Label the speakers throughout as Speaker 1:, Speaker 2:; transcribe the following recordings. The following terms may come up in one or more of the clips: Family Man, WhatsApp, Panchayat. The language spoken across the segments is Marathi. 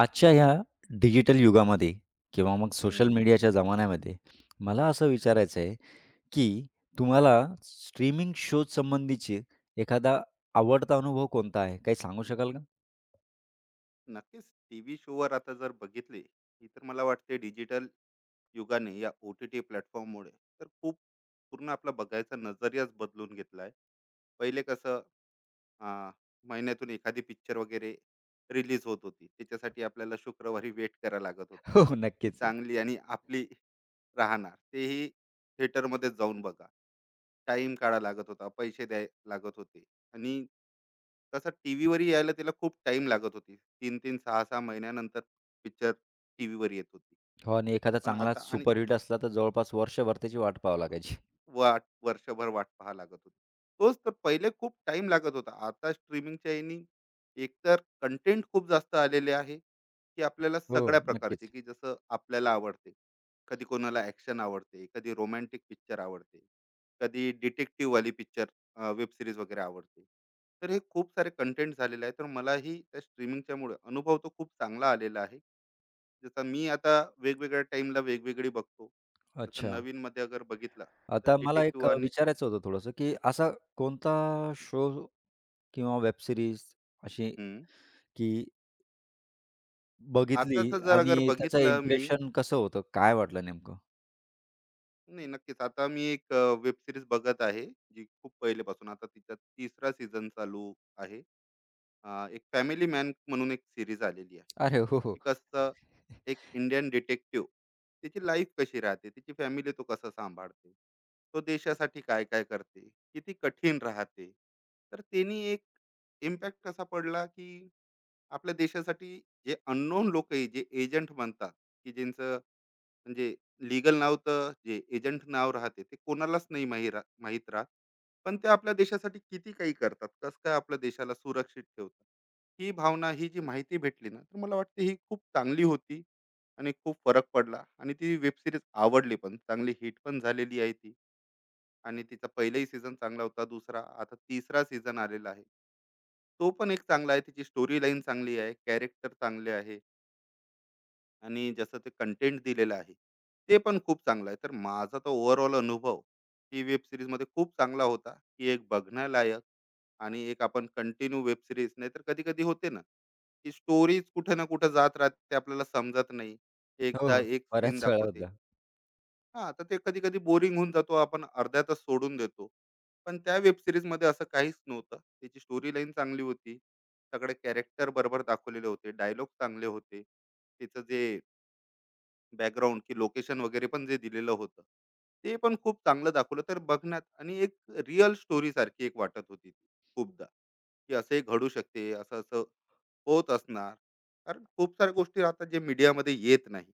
Speaker 1: आजच्या ह्या डिजिटल युगामध्ये किंवा मग सोशल
Speaker 2: हम्म,
Speaker 1: मीडियाच्या जमान्यामध्ये मला असं विचारायचं आहे, की तुम्हाला स्ट्रीमिंग शोज संबंधीची एखादा आवडता अनुभव कोणता आहे? काही सांगू शकाल का?
Speaker 2: नक्कीच. टीव्ही शोवर आता जर बघितले ही तर मला वाटते डिजिटल युगाने या ओ टी टी प्लॅटफॉर्ममुळे तर खूप पूर्ण आपला बघायचा नजरियाच बदलून घेतला आहे. पहिले कसं, अ, महिन्यातून एखादी पिक्चर वगैरे रिलीज होत होती. त्याच्यासाठी आपल्याला शुक्रवारी वेट करायला लागत होता.
Speaker 1: हो, हो.
Speaker 2: ती
Speaker 1: नक्कीच. आहे.
Speaker 2: चांगली आणि आपली राहणार. तेही थिएटरमध्येच जाऊन बघा. टाईम काढावा लागत होता. पैसे द्याय लागत होते आणि तसं टीव्हीवर यायला त्याला खूप टाईम लागत होती. 3-3, 6-6 महिन्यानंतर पिक्चर टीव्हीवर येत होती.
Speaker 1: हो आणि एखादा
Speaker 2: पण
Speaker 1: चांगला
Speaker 2: आता आणि
Speaker 1: सुपरहिट असला तर जवळपास वर्षभर त्याची वाट पाहावी लागायची.
Speaker 2: वर्षभर वाट पाहावी लागत होती. तोच तर पहिले खूप टाईम लागत होता. आता स्ट्रीमिंगच्या यानी एकतर कंटेंट खूप जास्त आलेले आहे, की आपल्याला
Speaker 1: हो.
Speaker 2: सगळ्या प्रकारचे,
Speaker 1: नक्कीच.
Speaker 2: की जसं आपल्याला आवडते. कधी कोणाला ॲक्शन आवडते, कधी रोमॅन्टिक पिक्चर आवडते, कधी डिटेक्टिव्हवाली पिक्चर वेब सीरीज वगैरे आवडते. तर हे खूप सारे कंटेंट झालेले आहे. तर मलाही त्या स्ट्रीमिंगच्यामुळे अनुभव तो खूप चांगला आलेला आहे. जसं मी आता वेगवेगळ्या टाईमला वेगवेगळी बघतो. जसं
Speaker 1: अच्छा.
Speaker 2: नवीनमध्ये अगर बघितलं तर
Speaker 1: आता मला एक
Speaker 2: डिटेक्टिव्ह आणि
Speaker 1: विचारायचं होतं थोडंसं, की असा कोणता शो किंवा वेब सीरीज अशी
Speaker 2: हं.
Speaker 1: की बघितली
Speaker 2: आताच जर अगर
Speaker 1: आणि त्याचं
Speaker 2: बघितलं मी,
Speaker 1: इम्प्रेशन कसं होतं? काय वाटलं नेमकं?
Speaker 2: नाही, नक्कीच. आता मी एक वेब सीरीज बघत आहे, जी खूप पहिलेपासून आता तिचा तिसरा सीझन चालू आहे. एक फॅमिली मॅन म्हणून एक सीरीज आलेली आहे.
Speaker 1: अरे हो,
Speaker 2: की
Speaker 1: हो.
Speaker 2: कसं एक इंडियन डिटेक्टिव्ह, तिची लाईफ कशी राहते, तिची फॅमिली तो कसं सांभाळते, तो देशासाठी काय-काय करते, किती कठीण राहते. तर त्यांनी एक इम्पॅक्ट कसा पडला, की आपल्या देशासाठी जे अननोन लोक आहे, जे एजंट म्हणतात, की ज्यांचं म्हणजे लिगल नाव तर जे एजंट नाव राहते ते कोणालाच नाही माहीत राहत. पण ते आपल्या देशासाठी किती काही करतात, कसं काय आपल्या देशाला सुरक्षित ठेवतात, ही भावना, ही जी माहिती भेटली ना, तर मला वाटते ही खूप चांगली होती आणि खूप फरक पडला. आणि ती वेब सिरीज आवडली पण, चांगली हिट पण झालेली आहे ती. आणि तिचा पहिलाही सीझन चांगला होता, दुसरा, आता तिसरा सीझन आलेला आहे. तो पण एक चांगला आहे. त्याची स्टोरी लाईन चांगली आहे, कॅरेक्टर चांगले आहे आणि जसं ते कंटेंट दिलेलं आहे, ते पण खूप चांगलं आहे. तर माझा तो ओव्हरऑल अनुभव ही वेब सीरीजमध्ये खूप चांगला होता, की एक बघण्यालायक. आणि एक आपण कंटिन्यू वेब सीरीज, नाहीतर कधी-कधी होते ना, की स्टोरीज कुठे ना कुठे जात राहते, आपल्याला समजत नाही.
Speaker 1: हो,
Speaker 2: एकदा
Speaker 1: हो.
Speaker 2: एक सीन
Speaker 1: बऱ्याच वेळा
Speaker 2: दाखवते,
Speaker 1: होता.
Speaker 2: हां, तर ते कधी-कधी बोरिंग होऊन जातो. आपण अर्ध्यातच सोडून देतो. पण त्या वेब सीरीजमध्ये असं काहीच नव्हतं. त्याची स्टोरी लाईन चांगली होती. सगळे कॅरेक्टर बरोबर दाखवलेले होते. डायलॉग चांगले होते. त्याचं जे बॅकग्राऊंड की लोकेशन वगैरे पण जे दिलेलं होतं, ते पण खूप चांगलं दाखवलं. तर बघण्यात, आणि एक रिअल स्टोरीसारखी एक वाटत होती ती खूपदा. की असंही घडू शकते, असं-असं होत असणार. कारण खूप साऱ्या गोष्टी राहतात जे मीडियामध्ये येत नाही,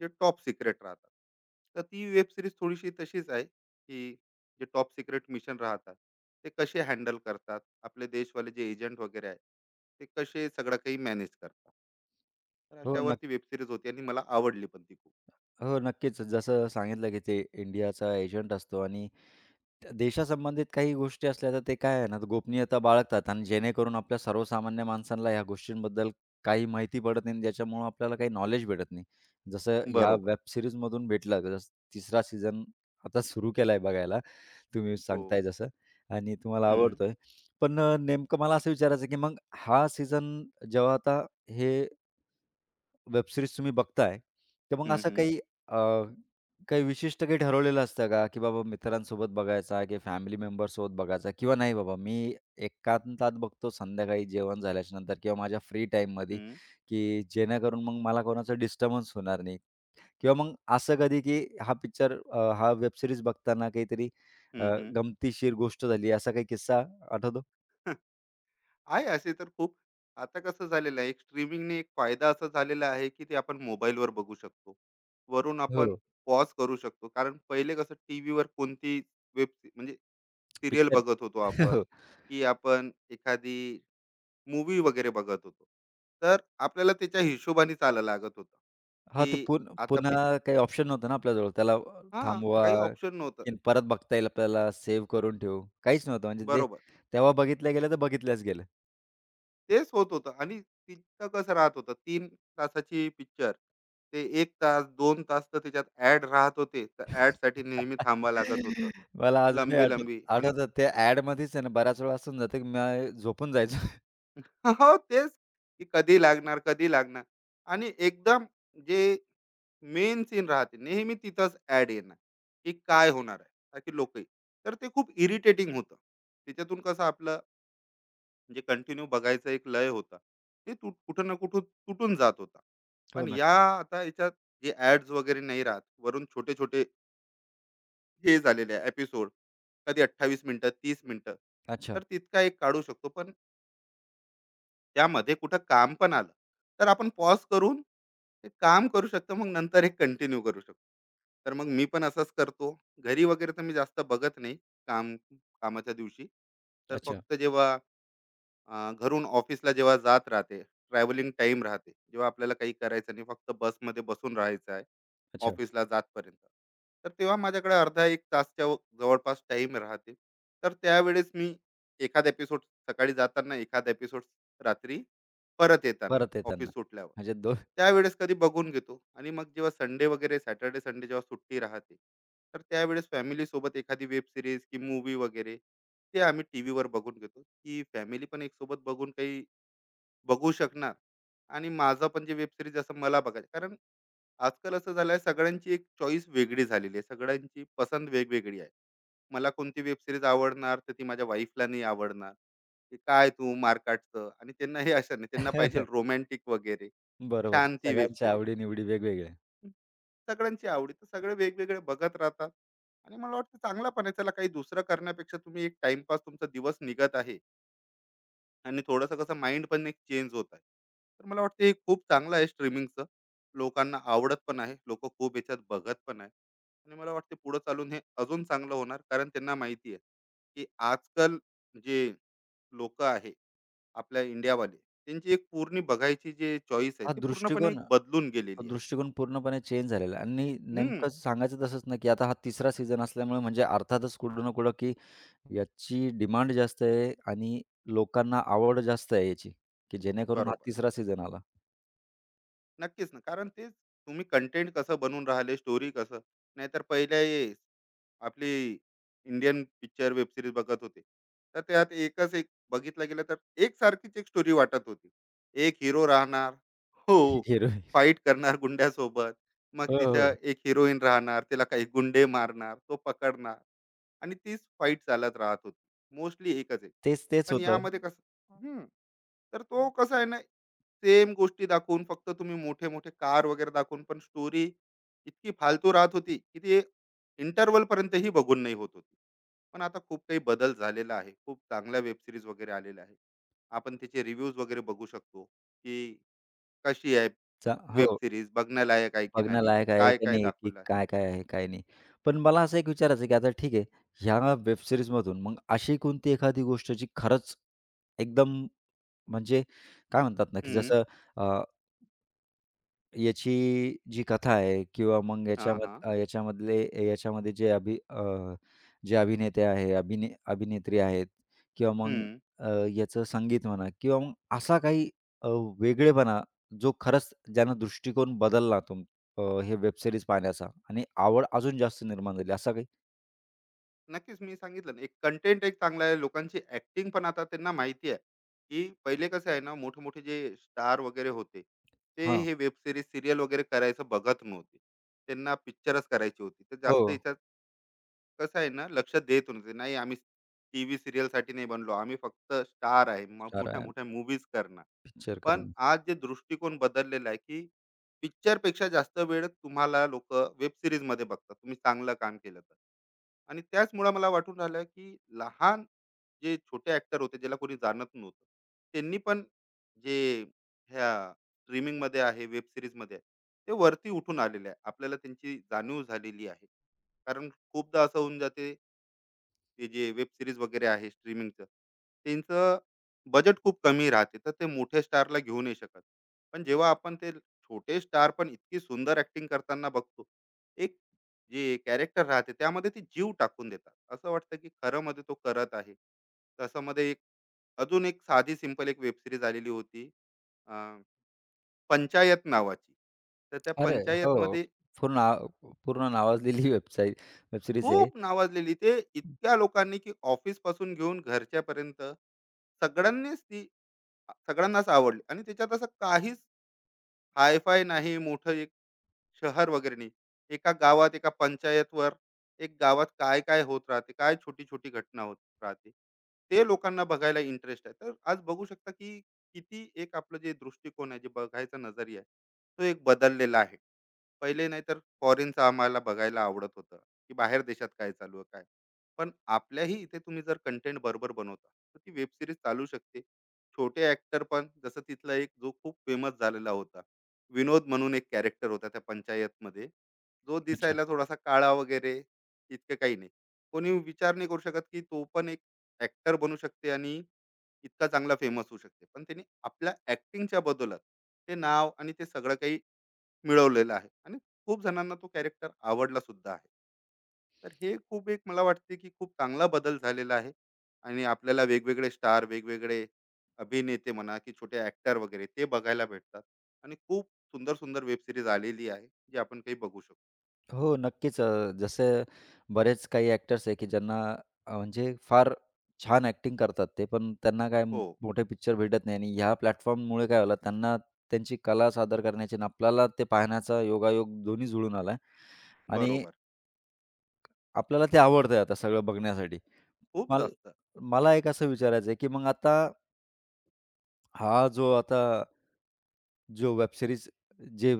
Speaker 2: जे टॉप सिक्रेट राहतात. तर ती वेब सिरीज थोडीशी तशीच आहे, की जे टॉप सिक्रेट मिशन राहतात, ते कसे हँडल करतात. आपले देशवाले जे एजंट वगैरे आहेत, ते कसे सगळं काही मॅनेज करतात. तर
Speaker 1: हो, नक्क
Speaker 2: अशावर वेब सीरीज होती आणि मला आवडली पण ती खूप.
Speaker 1: हो, नक्कीच. जसं सांगितलं, की ते इंडियाचा एजंट असतो आणि त्या देशासंबंधित काही गोष्टी असल्या, तर ते काय आहे ना, गोपनीयता बाळगतात आणि जेणेकरून आपल्या सर्वसामान्य माणसांना ह्या गोष्टींबद्दल काही माहिती पडत नाही ज्याच्यामुळं आपल्याला काही नॉलेज भेटत नाही. जसं ह्या
Speaker 2: बरोबर.
Speaker 1: वेब सीरीजमधून भेटलं. जसं तिसरा सीझन आता सुरू केलाय बघायला. तुम्ही
Speaker 2: हो.
Speaker 1: सांगताय जसं आणि तुम्हाला
Speaker 2: हं.
Speaker 1: आवडतोय. पण नेमकं मला असं विचारायचं आहे, की मग हा सीझन जेव्हा आता हे वेब सीरीज तुम्ही बघताय, तर मग
Speaker 2: हं,
Speaker 1: असं
Speaker 2: हं.
Speaker 1: अ, काही विशिष्ट काही ठरवलेलं असतं का, की बाबा मित्रांसोबत बघायचा की फॅमिली मेंबरसोबत बघायचा किंवा नाही बाबा मी एकांतात बघतो संध्याकाळी जेवण झाल्याच्यानंतर किंवा माझ्या फ्री टाईममध्ये,
Speaker 2: हं,
Speaker 1: की जेणेकरून मग मला कोणाचा डिस्टर्बन्स होणार नाही किंवा मग असं कधी, की हा पिक्चर हा वेब सीरीज बघताना काहीतरी अ,
Speaker 2: हं, हं.
Speaker 1: गमतीशीर गोष्ट झाली, असा काही किस्सा आठवतो?
Speaker 2: आहे असे तर खूप. आता कसं झालेलं आहे, एक स्ट्रीमिंगने एक फायदा असा झालेला आहे, की ते आपण मोबाईलवर बघू शकतो. वरून आपण
Speaker 1: हो.
Speaker 2: पॉज करू शकतो. कारण पहिले कसं टीव्हीवर कोणती वेब, म्हणजे सीरियल
Speaker 1: पिक्चर
Speaker 2: बघत होतो आपण,
Speaker 1: हो.
Speaker 2: की आपण एखादी मूवी वगैरे बघत होतो. तर आपल्याला त्याच्या हिशोबाने चालायला लागत होतं,
Speaker 1: हां, ते
Speaker 2: की आता
Speaker 1: पुन्हा
Speaker 2: पिक,
Speaker 1: काही ऑप्शन नव्हतं ना आपल्याजवळ. त्याला
Speaker 2: हां,
Speaker 1: थांबवा,
Speaker 2: काही ऑप्शन नव्हतं.
Speaker 1: की परत बघता येईल आपल्याला, सेव्ह करून ठेवू. काहीच नव्हतं. म्हणजे ते
Speaker 2: बरोबर.
Speaker 1: तेव्हा बघितलं गेलं, तर बघितल्याच गेलं.
Speaker 2: तेच होत होतं. आणि तिथं कसं राहत होतं, तीन तासाची पिक्चर. ते एक तास, दोन, तास तर त्याच्यात ॲड राहत होते. तर ॲडसाठी नेहमी थांबावं लागत होतं.
Speaker 1: मला अजूनही आठवतं.
Speaker 2: लंबी-लंबी, आणि
Speaker 1: आठवतं त्या ॲडमध्येच आहे ना, बऱ्याच वेळा असं होऊन की मी झोपून जायचो.
Speaker 2: हो, तेच, की कधी लागणार, कधी लागणार, आणि एकदम जे मेन सीन राहते नेहमी तिथंच ॲड येणार, की काय होणार आहे? ताकी लोकही. तर ते खूप इरिटेटिंग होतं. त्याच्यातून कसं आपलं म्हणजे कंटिन्यू बघायचा एक लय होता, ते कुठं ना कुठं तुटून जात होता.
Speaker 1: हो,
Speaker 2: पण या
Speaker 1: नक्कीच.
Speaker 2: आता याच्यात जे ऍड्स वगैरे नाही राहत, वरून छोटे छोटे हे झालेले एपिसोड, कधी 28 मिनिटं, 30 मिनिटं,
Speaker 1: अच्छा,
Speaker 2: तर तितका एक काढू शकतो. पण त्यामध्ये कुठं काम पण आलं, तर आपण पॉज करून ते काम करू शकतो, मग नंतर हे कंटिन्यू करू शकतो. तर मग मी पण असंच करतो घरी वगैरे. तर मी जास्त बघत नाही काम कामाच्या दिवशी. तर
Speaker 1: अच्छा,
Speaker 2: फक्त जेव्हा घरून ऑफिसला जेव्हा जात राहते, ट्रॅव्हलिंग टाइम राहते, जेव्हा आपल्याला काही करायचं नाही, फक्त बसमध्ये बसून राहायचं आहे,
Speaker 1: अच्छा.
Speaker 2: ऑफिसला जातपर्यंत. तर तेव्हा माझ्याकडे अर्धा 1 तासच्या व जवळपास टाईम राहते. तर त्यावेळेस मी एखादा एपिसोड सकाळी जाताना, एखादा एपिसोड रात्री परत येताना,
Speaker 1: परत येताना.
Speaker 2: ऑफिस सुटल्यावर.
Speaker 1: म्हणजे दोन
Speaker 2: त्यावेळेस कधी बघून घेतो. आणि मग जेव्हा संडे वगैरे, सॅटर्डे, संडे जेव्हा सुट्टी राहते, तर त्यावेळेस फॅमिलीसोबत एखादी वेब सीरीज की मूव्ही वगैरे ते आम्ही टी वर बघून घेतो, की फॅमिली पण एक सोबत बघून काही बघू शकणार. आणि माझा पण जे वेब सीरीज असं मला बघायचं, कारण आजकाल असं झालंय सगळ्यांची एक चॉईस वेगळी झालेली आहे. सगळ्यांची पसंत वेगवेगळी आहे. मला कोणती वेब सीरीज आवडणार, तर ती माझ्या वाईफला नाही आवडणार. की काय तू मारकाटचं, आणि त्यांना हे अशा नाही. त्यांना पाहिजे रोमॅन्टिक वगैरे,
Speaker 1: बरोबर.
Speaker 2: शांती वेब
Speaker 1: सगळ्यांच्या
Speaker 2: सीरीज.
Speaker 1: आवडी-निवडी वेगवेगळ्या.
Speaker 2: सगळ्यांची आवडी, तर सगळे वेगवेगळे बघत राहतात. आणि मला वाटतं चांगला पण आहे. चला काही दुसरं करण्यापेक्षा तुम्ही एक टाईमपास, तुमचा दिवस निघत आहे. आणि थोडंसं कसं माइंड पण एक चेंज होत आहे. तर मला वाटतं हे खूप चांगलं आहे स्ट्रीमिंगचं. लोकांना आवडत पण आहे, लोक खूप याच्यात बघत पण आहे. आणि मला वाटते पुढे चालून हे अजून चांगलं होणार, कारण त्यांना माहिती आहे की आजकाल जे लोक आहे आपल्या इंडियावाले, त्यांची एक पूर्ण बघायची जे चॉईस आहे ती पूर्णपणे एक बदलून
Speaker 1: हा
Speaker 2: गेलेली आहे.
Speaker 1: दृष्टिकोन पूर्णपणे चेंज झालेला आहे आणि
Speaker 2: हम्म.
Speaker 1: नेमकं सांगायचं तसंच ना, की आता हा तिसरा सीझन असल्यामुळे म्हणजे अर्थातच कुठं ना कुठं, की याची डिमांड जास्त आहे आणि लोकांना आवड जास्त आहे याची, की जेणेकरून हा
Speaker 2: बरोबर.
Speaker 1: तिसरा सीझन आला.
Speaker 2: नक्कीच ना, कारण तेच तुम्ही कंटेंट कसं बनवून राहिले, स्टोरी कसं. नाहीतर पहिले आपली इंडियन पिक्चर वेब सिरीज बघत होते, तर त्यात एकच एक बघितलं गेलं तर एक सारखीच एक स्टोरी वाटत होती. एक हिरो राहणार, हो,
Speaker 1: हिरोईन.
Speaker 2: फाईट करणार गुंड्यासोबत, मग
Speaker 1: हो, हो.
Speaker 2: तिथं एक हिरोईन राहणार, तिला काही गुंडे मारणार, तो पकडणार, आणि तीच फाईट चालत राहत होती, मोस्टली एकच आहे.
Speaker 1: तेच
Speaker 2: पण
Speaker 1: होतं.
Speaker 2: यामध्ये कसं, हम्म, तर तो कसा आहे ना, सेम गोष्टी दाखवून फक्त तुम्ही मोठे मोठे कार वगैरे दाखवून, पण स्टोरी इतकी फालतू राहत होती की ती इंटरवल पर्यंतही बघून नाही होत होती. पण आता खूप काही बदल झालेला आहे, खूप चांगल्या वेब सिरीज वगैरे आलेल्या आहे. आपण त्याचे रिव्ह्यूज वगैरे बघू शकतो की कशी आहे
Speaker 1: चा
Speaker 2: वेब
Speaker 1: हो.
Speaker 2: सिरीज, बघण्यालायक आहे की नाही,
Speaker 1: बघण्यालायक आहे
Speaker 2: काय
Speaker 1: की
Speaker 2: काय
Speaker 1: नाही, की
Speaker 2: दाखवलं आहे.
Speaker 1: काय-काय आहे, काय नाही. पण मला असं एक विचारायचं आहे, की आता ठीक आहे, ह्या वेब सीरीजमधून मग अशी कोणती एखादी गोष्ट जी खरंच एकदम म्हणजे काय म्हणतात ना, की
Speaker 2: हम्म,
Speaker 1: जसं अ याची जी कथा आहे किंवा मग
Speaker 2: हा हा,
Speaker 1: याच्यामधले याच्यामध्ये जे अभिनेते आहे, अभिनेत्री आहेत किंवा मग
Speaker 2: हम्म.
Speaker 1: अ, याचं संगीत म्हणा किंवा मग असा काही अ, वेगळेपणा जो खरंच ज्यानं दृष्टिकोन बदलला हे वेब सीरीज पाहण्याचा आणि आवड अजून जास्त निर्माण झाली असा काही?
Speaker 2: नक्कीच, मी सांगितलं ना, एक कंटेंट एक चांगला आहे, लोकांची ऍक्टिंग पण. आता त्यांना माहिती आहे, की पहिले कसं आहे ना, मोठे मोठे जे स्टार वगैरे होते, ते
Speaker 1: हां.
Speaker 2: हे वेब सिरीज सिरियल वगैरे करायचं बघत नव्हते. त्यांना पिक्चरच करायची होती, तर
Speaker 1: हो.
Speaker 2: जास्त याच्यात कसं आहे ना लक्ष देत होते. नाही आम्ही टीव्ही सिरियल साठी नाही बनलो, आम्ही फक्त स्टार आहे, मग
Speaker 1: स्टार
Speaker 2: मोठ्या
Speaker 1: आहे
Speaker 2: मोठ्या मूवीज करणार.
Speaker 1: पिक्चर
Speaker 2: पण
Speaker 1: करंज.
Speaker 2: आज जे दृष्टिकोन बदललेला आहे, की पिक्चर पेक्षा जास्त वेळ तुम्हाला लोक वेब सिरीज मध्ये बघतात, तुम्ही चांगलं काम केलं तर. आणि त्याचमुळे मला वाटून राहिलं की लहान जे छोटे ऍक्टर होते ज्याला कोणी जाणत नव्हतं, त्यांनी पण, जे ह्या स्ट्रीमिंग मध्ये आहे, वेब सिरीज मध्ये आहे, ते वरती उठून आलेले आहे, आपल्याला त्यांची जाणीव झालेली आहे. कारण खूपदा असं होऊन जाते, ते जे वेब सिरीज वगैरे आहे, स्ट्रीमिंगचं त्यांचं बजेट खूप कमी राहते, तर ते मोठे स्टारला घेऊ नाही शकत. पण जेव्हा आपण ते छोटे स्टार पण इतकी सुंदर ऍक्टिंग करताना बघतो, एक जे कॅरेक्टर राहते त्यामध्ये ते जीव टाकून देतात, असं वाटतं की खरं मध्ये तो करत आहे. तसं मध्ये एक, अजून एक साधी सिंपल एक वेब सिरीज आलेली होती, अं, पंचायत नावाची. तर त्या
Speaker 1: अरे! हो.
Speaker 2: पंचायतमध्ये,
Speaker 1: पूर्ण नाव पूर्ण नावाजलेली वेबसाईट वेब सीरीज आहे.
Speaker 2: खूप नावाजलेली. ते इतक्या लोकांनी, की ऑफिसपासून घेऊन घरच्यापर्यंत सगळ्यांनीच ती, सगळ्यांनाच आवडली. आणि त्याच्यात असं काहीच हाय-फाय नाही, मोठं एक शहर वगैरे नाही. एका गावात, एका पंचायतवर, एक गावात काय-काय होत राहते, काय छोटी-छोटी घटना होत राहते. ते लोकांना बघायला इंटरेस्ट आहे. तर आज बघू शकता, की किती एक आपलं जे दृष्टिकोन आहे, जे बघायचा नजरिया आहे, तो एक बदललेला आहे. पहिले नाही तर फॉरेनचं आम्हाला बघायला आवडत होतं, की बाहेर देशात काय चालू आहे, काय. पण आपल्याही इथे तुम्ही जर कंटेंट बरोबर बनवता, तर ती वेब सिरीज चालू शकते. छोटे ऍक्टर पण, जसं तिथला एक जो खूप फेमस झालेला होता, विनोद म्हणून एक कॅरेक्टर होता त्या पंचायतमध्ये, जो
Speaker 1: अच्छा.
Speaker 2: दिसायला थोडासा काळा वगैरे, इतकं काही नाही, कोणी विचार नाही करू शकत की तो पण एक ऍक्टर बनू शकते आणि इतका चांगला फेमस होऊ शकते. पण त्यांनी आपल्या ऍक्टिंगच्या बदल्यात ते नाव आणि ते सगळं काही मिळवलेला आहे. आणि खूप जणांना तो कॅरेक्टर आवडला सुद्धा आहे. तर हे खूप एक, मला वाटते की खूप चांगला बदल झालेला आहे. आणि आपल्याला वेगवेगळे स्टार, वेगवेगळे अभिनेते म्हणा, की छोटे ऍक्टर वगैरे ते बघायला भेटतात. आणि खूप सुंदर सुंदर वेब सिरीज आलेली आहे जी आपण काही बघू शकतो.
Speaker 1: हो, नक्कीच. जसे बरेच काही ॲक्टर्स आहे, की ज्यांना म्हणजे फार छान ॲक्टिंग करतात ते, पण त्यांना काय
Speaker 2: हो,
Speaker 1: मोठे पिक्चर भेटत नाही आणि ह्या प्लॅटफॉर्ममुळे काय झालं, त्यांना त्यांची कला सादर करण्याची आणि आपल्याला ते पाहण्याचा योगायोग दोन्ही जुळून आला आहे आणि
Speaker 2: बरोबर.
Speaker 1: आपल्याला ते आवडतंय आता सगळं बघण्यासाठी.
Speaker 2: खूप
Speaker 1: मल
Speaker 2: जास्त.
Speaker 1: मला एक असं विचारायचं आहे, की मग आता हा जो आता जो वेब सीरीज जे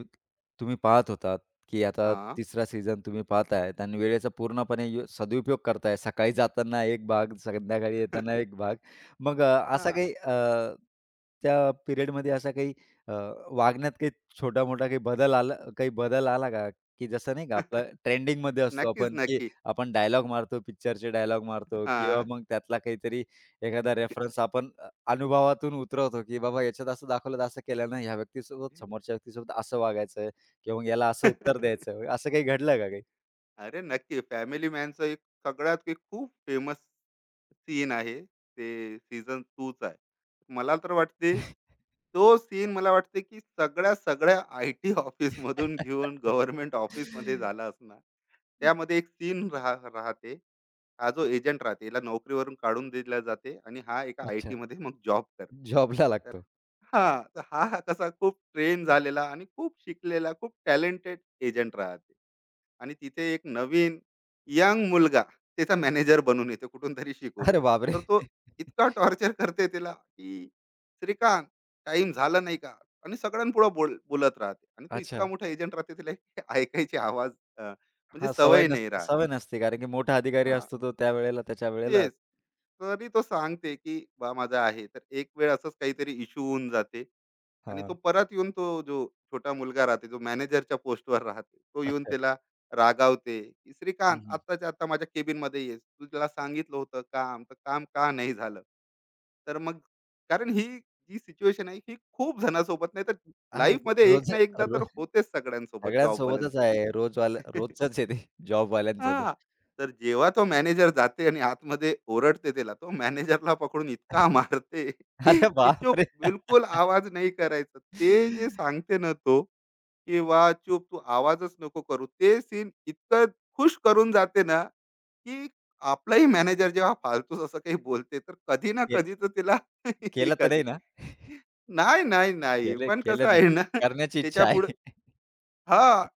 Speaker 1: तुम्ही पाहत होतात, की आता
Speaker 2: हा,
Speaker 1: तिसरा सीझन तुम्ही पाहताय आणि वेळेचा पूर्णपणे सदुपयोग करताय. सकाळी जाताना एक भाग, संध्याकाळी येताना एक भाग. मग अ,
Speaker 2: हा.
Speaker 1: असा काही अ, त्या पिरियडमध्ये असा अ, वागण्यात काही छोटा-मोठा काही बदल आला काही बदल आला का? की जसं नाही का आपलं ट्रेंडिंगमध्ये असतो
Speaker 2: नक्कीच
Speaker 1: आपण, की
Speaker 2: नक्की
Speaker 1: आपण डायलॉग मारतो, पिक्चरचे डायलॉग मारतो किंवा
Speaker 2: हा,
Speaker 1: मग त्यातला काहीतरी एखादा रेफरन्स आपण अनुभवातून उतरवतो, की बाबा याच्यात असं दाखवलं तर असं केलं ना, ह्या व्यक्तीसोबत समोरच्या व्यक्तीसोबत असं वागायचं किंवा मग याला असं उत्तर द्यायचं. असं काही घडलं का काही?
Speaker 2: अरे नक्की. फॅमिली मॅनचं एक सगळ्यात एक खूप फेमस सीन आहे. ते सीझन 2 चा आहे. मला तर वाटते, तो सीन मला वाटते, की सगळ्या, सगळ्या आय-टी ऑफिसमधून घेऊन गव्हर्नमेंट ऑफिसमध्ये झाला असणार. त्यामध्ये एक सीन राहते. हा जो एजंट राहते, हिला नोकरीवरून काढून दिला जाते आणि हा एका
Speaker 1: अच्छा.
Speaker 2: आय-टीमध्ये मग जॉब करते.
Speaker 1: जॉबला
Speaker 2: तर
Speaker 1: लागतो.
Speaker 2: हां, तर हा कसा खूप ट्रेन झालेला आणि खूप शिकलेला, खूप टॅलेंटेड एजंट राहते. आणि तिथे एक नवीन यंग मुलगा त्याचा मॅनेजर बनून येते कुठून तरी शिकून.
Speaker 1: अरे बापरे!
Speaker 2: तर तो इतका टॉर्चर करते तिला, की "श्रीकांत, टाईम झाला नाही का?" आणि सगळ्यांपुढे बोलत राहते. आणि तो इतका
Speaker 1: अच्छा.
Speaker 2: मोठा एजंट राहते, तिला की ऐकायची आवाज, म्हणजे
Speaker 1: हां, सवय
Speaker 2: सवय
Speaker 1: नस
Speaker 2: नाही राहत.
Speaker 1: सवय नसते कारण की मोठा अधिकारी
Speaker 2: हां,
Speaker 1: असतो तो त्यावेळेला त्याच्या वेळेला
Speaker 2: तेच. तरी तो सांगते, की "बा माझा आहे." तर एक वेळ असंच काहीतरी इश्यू होऊन जाते. आणि तो
Speaker 1: हां.
Speaker 2: परत येऊन, तो जो छोटा मुलगा राहते, जो मॅनेजरच्या पोस्टवर राहते, तो येऊन
Speaker 1: अच्छा.
Speaker 2: त्याला रागावते, की "श्रीकांत,
Speaker 1: हं.
Speaker 2: आत्ताच्या आत्ता माझ्या केबिनमध्ये ये. तुला सांगितलं होतं काम, तर काम का नाही झालं?" तर मग, कारण ही जी सिच्युएशन आहे, ही खूप जणांसोबत, नाही तर
Speaker 1: आहे
Speaker 2: लाईफमध्ये एक
Speaker 1: रोज
Speaker 2: ना एकदा तर
Speaker 1: रोज
Speaker 2: होतेच सगळ्यांसोबत,
Speaker 1: सगळ्यांसोबतच
Speaker 2: जॉबवाल्यांसोबत.
Speaker 1: आहे. रोजवाल्या रोजचंच आहे ते जॉबवाल्यांचं तर.
Speaker 2: हां. तर जेव्हा तो मॅनेजर जाते आणि आतमध्ये ओरडते त्याला, तो मॅनेजरला पकडून इतका मारते,
Speaker 1: अरे
Speaker 2: की "चुप,
Speaker 1: बापरे!
Speaker 2: बिलकुल आवाज नाही करायचा." ते जे सांगते ना तो, की वा चुप, तू आवाजच नको करू." ते सीन इतकं खुश करून जाते ना, की आपलाही मॅनेजर जेव्हा फालतूच असं काही बोलते, तर कधी ना कधी तर तिला
Speaker 1: केलं तर नाही
Speaker 2: एखादी,
Speaker 1: ना?
Speaker 2: "नाही, नाही, नाही."
Speaker 1: केलं
Speaker 2: पण कसं
Speaker 1: केलं नाही.
Speaker 2: आहे ना
Speaker 1: करण्याची इच्छा
Speaker 2: त्याच्यापुढं,
Speaker 1: आहे.
Speaker 2: हां.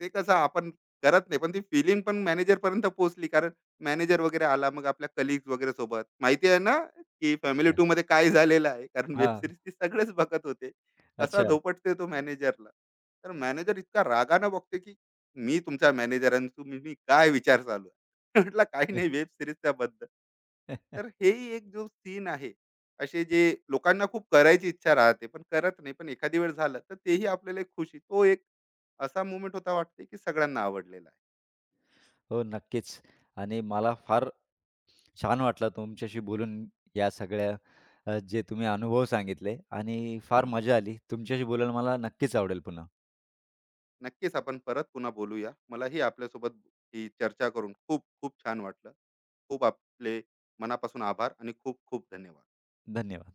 Speaker 2: ते कसं आपण करत नाही. पण ती फीलिंग पण मॅनेजरपर्यंत पोहोचली. कारण मॅनेजर वगैरे आला, मग आपल्या कलीग्स वगैरे सोबत. माहिती आहे ना, की फॅमिली टूमध्ये काय झालेलं आहे. कारण वेब
Speaker 1: हां.
Speaker 2: सीरीज ते सगळेच बघत होते. कसा
Speaker 1: अच्छा.
Speaker 2: धोपटते तो मॅनेजरला. तर मॅनेजर इतका रागानं बघते, की "मी तुमचा मॅनेजर आणि तुम्ही, मी काय विचार चालू आहे?" म्हटलं, "काही नाही, वेब सीरीजच्या बद्दल." तर हेही एक जो सीन आहे, असे जे लोकांना खूप करायची इच्छा राहते, पण करत नाही. पण एखादी वेळ झालं, तर तेही आपल्याला एक खुशी, तो एक असा मोमेंट होता, वाटते की सगळ्यांना आवडलेला आहे.
Speaker 1: हो, नक्कीच. आणि मला फार छान वाटलं तुमच्याशी बोलून या सगळ्या जे तुम्ही अनुभव सांगितले आणि फार
Speaker 2: हं.
Speaker 1: मजा आली. तुमच्याशी बोलायला मला नक्कीच आवडेल पुन्हा.
Speaker 2: नक्कीच, आपण परत पुन्हा बोलूया. मलाही आपल्यासोबत ही चर्चा करून खूप खूप छान वाटलं. खूप आपले मनापासून आभार आणि खूप खूप धन्यवाद.
Speaker 1: धन्यवाद.